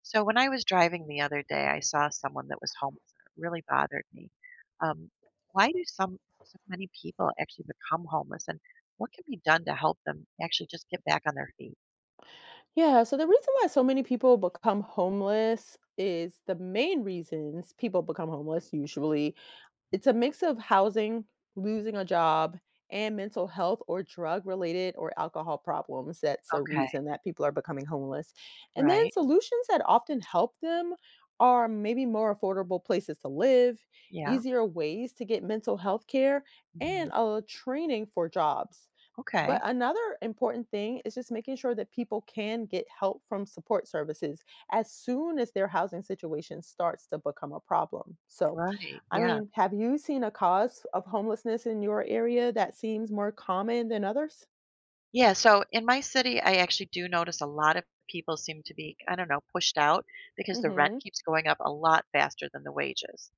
So when I was driving the other day, I saw someone that was homeless, and it really bothered me. Um, why do some so many people actually become homeless, and what can be done to help them actually just get back on their feet? Yeah, so the reason why so many people become homeless is, the main reasons people become homeless usually, it's a mix of housing, losing a job, and mental health or drug-related or alcohol problems. That's a Okay, reason that people are becoming homeless. And right, then solutions that often help them are maybe more affordable places to live, yeah. easier ways to get mental health care, Hmm. and a training for jobs. But Okay, another important thing is just making sure that people can get help from support services as soon as their housing situation starts to become a problem. So, right, I yeah, mean, have you seen a cause of homelessness in your area that seems more common than others? yeah. So in my city, I actually do notice a lot of people seem to be, I don't know, pushed out because the rent Mhm. keeps going up a lot faster than the wages.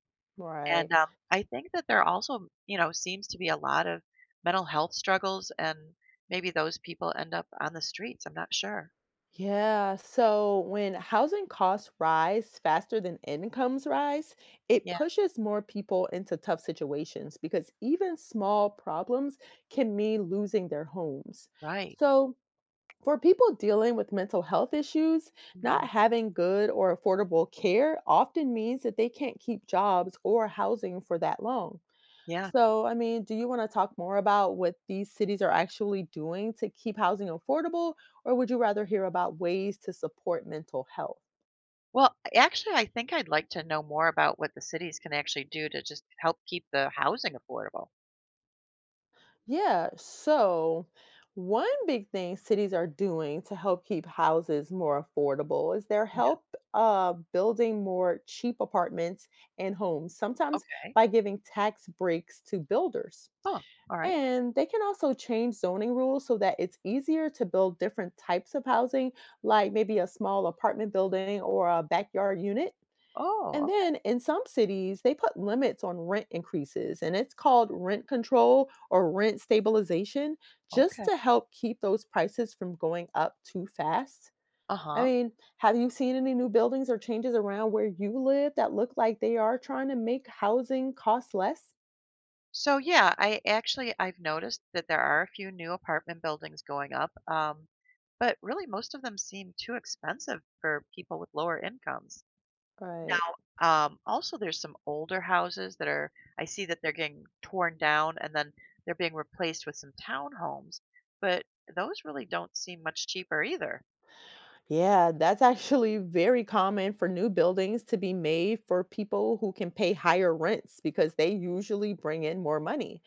And, Right. I think that there also, seems to be a lot of mental health struggles, and maybe those people end up on the streets, I'm not sure. Yeah, so when housing costs rise faster than incomes rise, it Yeah, pushes more people into tough situations because even small problems can mean losing their homes. right. So, for people dealing with mental health issues, not Mhm. having good or affordable care often means that they can't keep jobs or housing for that long. Yeah. So, I mean, do you want to talk more about what these cities are actually doing to keep housing affordable, or would you rather hear about ways to support mental health? Well, actually, I think I'd like to know more about what the cities can actually do to just help keep the housing affordable. Yeah, so one big thing cities are doing to help keep houses more affordable is their Yeah, help building more cheap apartments and homes, sometimes okay. by giving tax breaks to builders. Oh, alright. And they can also change zoning rules so that it's easier to build different types of housing, like maybe a small apartment building or a backyard unit. Oh, And okay, then in some cities, they put limits on rent increases, and it's called rent control or rent stabilization, just okay. to help keep those prices from going up too fast. I Uh-huh. mean, have you seen any new buildings or changes around where you live that look like they are trying to make housing cost less? So yeah, I've noticed that there are a few new apartment buildings going up, but really most of them seem too expensive for people with lower incomes. Right. Now, also there's some older houses that are I see that they're getting torn down and then they're being replaced with some townhomes, but those really don't seem much cheaper either. Yeah, that's actually very common for new buildings to be made for people who can pay higher rents because they usually bring in more money.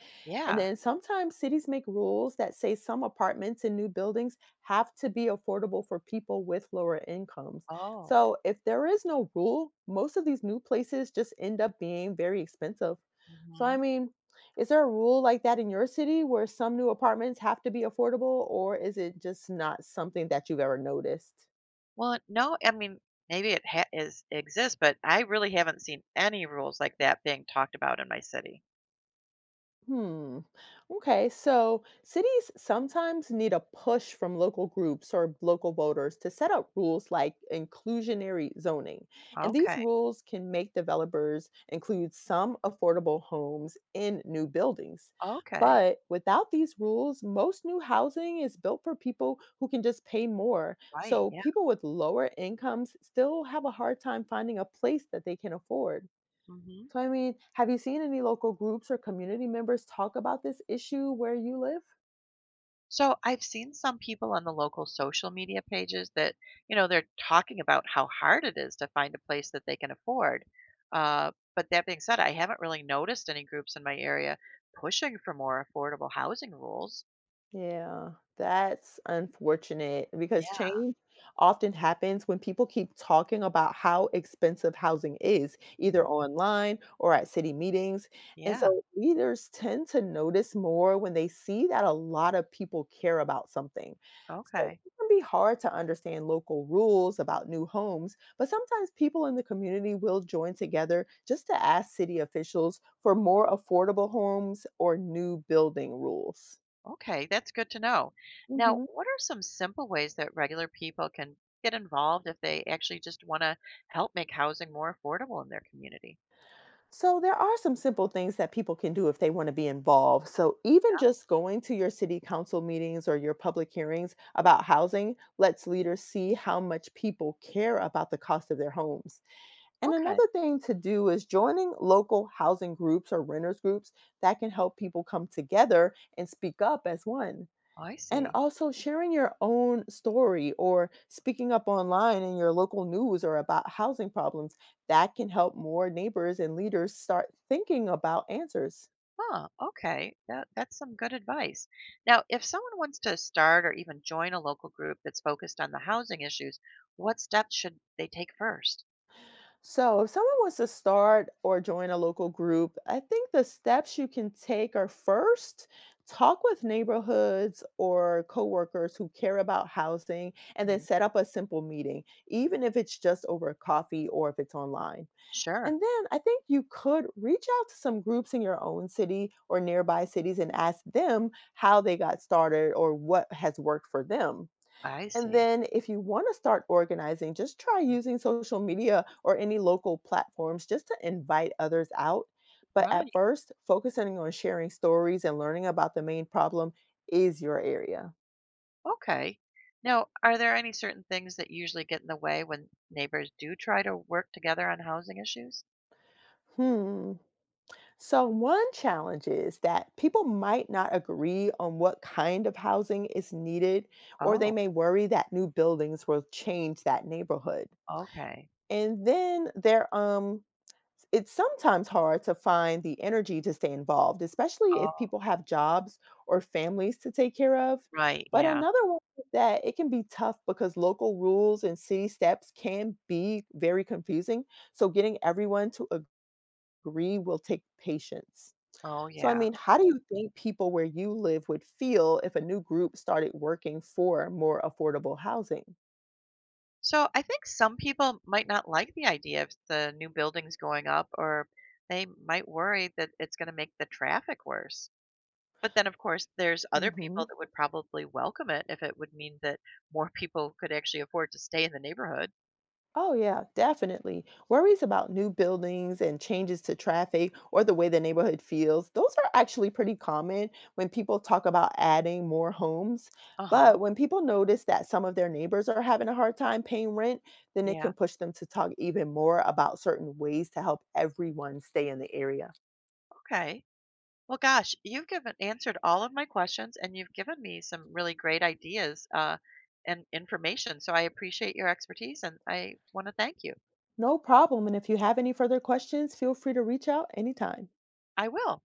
And Yeah. then sometimes cities make rules that say some apartments in new buildings have to be affordable for people with lower incomes. Oh. So if there is no rule, most of these new places just end up being very expensive. So, I Hmm. mean, is there a rule like that in your city where some new apartments have to be affordable, or is it just not something that you've ever noticed? Well, no, I mean maybe it ha- is exists, but I really haven't seen any rules like that being talked about in my city. Hmm. Okay. So cities sometimes need a push from local groups or local voters to set up rules like inclusionary zoning. And these Okay, rules can make developers include some affordable homes in new buildings. okay, But without these rules, most new housing is built for people who can just pay more. right, So yeah, people with lower incomes still have a hard time finding a place that they can afford. mhm. So, I mean, have you seen any local groups or community members talk about this issue where you live? So, I've seen some people on the local social media pages that, they're talking about how hard it is to find a place that they can afford. But that being said, I haven't really noticed any groups in my area pushing for more affordable housing rules. Yeah, that's unfortunate because Yeah. change often happens when people keep talking about how expensive housing is, Mhm. either online or at city meetings. And Yeah. so leaders tend to notice more when they see that a lot of people care about something. So Okay. it can be hard to understand local rules about new homes, but sometimes people in the community will join together just to ask city officials for more affordable homes or new building rules. Okay, that's good to know. Now, Mhm. what are some simple ways that regular people can get involved if they actually just want to help make housing more affordable in their community? So there are some simple things that people can do if they want to be involved. So even just going to your city council meetings or your public hearings about housing lets leaders see how much people care about the cost of their homes. And Okay. another thing to do is joining local housing groups or renters groups that can help people come together and speak up as one. Oh, I And see. also sharing your own story or speaking up online in your local news or about housing problems, that can help more neighbors and leaders start thinking about answers. Huh, okay. That's some good advice. Now, if someone wants to start or even join a local group that's focused on the housing issues, what steps should they take first? So, if someone wants to start or join a local group, I think the steps you can take are, first, talk with neighborhoods or coworkers who care about housing, and then Mhm. set up a simple meeting, even if it's just over coffee or if it's online. Sure. And then I think you could reach out to some groups in your own city or nearby cities and ask them how they got started or what has worked for them. I And see. then if you want to start organizing, just try using social media or any local platforms just to invite others out. But Right. at first, focusing on sharing stories and learning about the main problem is your area. Okay. Now, are there any certain things that usually get in the way when neighbors do try to work together on housing issues? Hmm. So, one challenge is that people might not agree on what kind of housing is needed, or they Oh, may worry that new buildings will change that neighborhood. okay. And then there, um, it's sometimes hard to find the energy to stay involved, especially if Oh, people have jobs or families to take care of. right. But Yeah. another one is that it can be tough because local rules and city steps can be very confusing. So, getting everyone to agree will take patience. Oh, So, I yeah. mean, how do you think people where you live would feel if a new group started working for more affordable housing? So I think some people might not like the idea of the new buildings going up, or they might worry that it's going to make the traffic worse. But then, of course, there's other Hmm. people that would probably welcome it if it would mean that more people could actually afford to stay in the neighborhood. Oh, yeah, definitely. Worries about new buildings and changes to traffic or the way the neighborhood feels, those are actually pretty common when people talk about adding more homes. Uh huh. But when people notice that some of their neighbors are having a hard time paying rent, then it Yeah. can push them to talk even more about certain ways to help everyone stay in the area. Okay. Well, gosh, you've given answered all of my questions, and you've given me some really great ideas and information. So I appreciate your expertise, and I want to thank you. No problem. And if you have any further questions, feel free to reach out anytime. I will.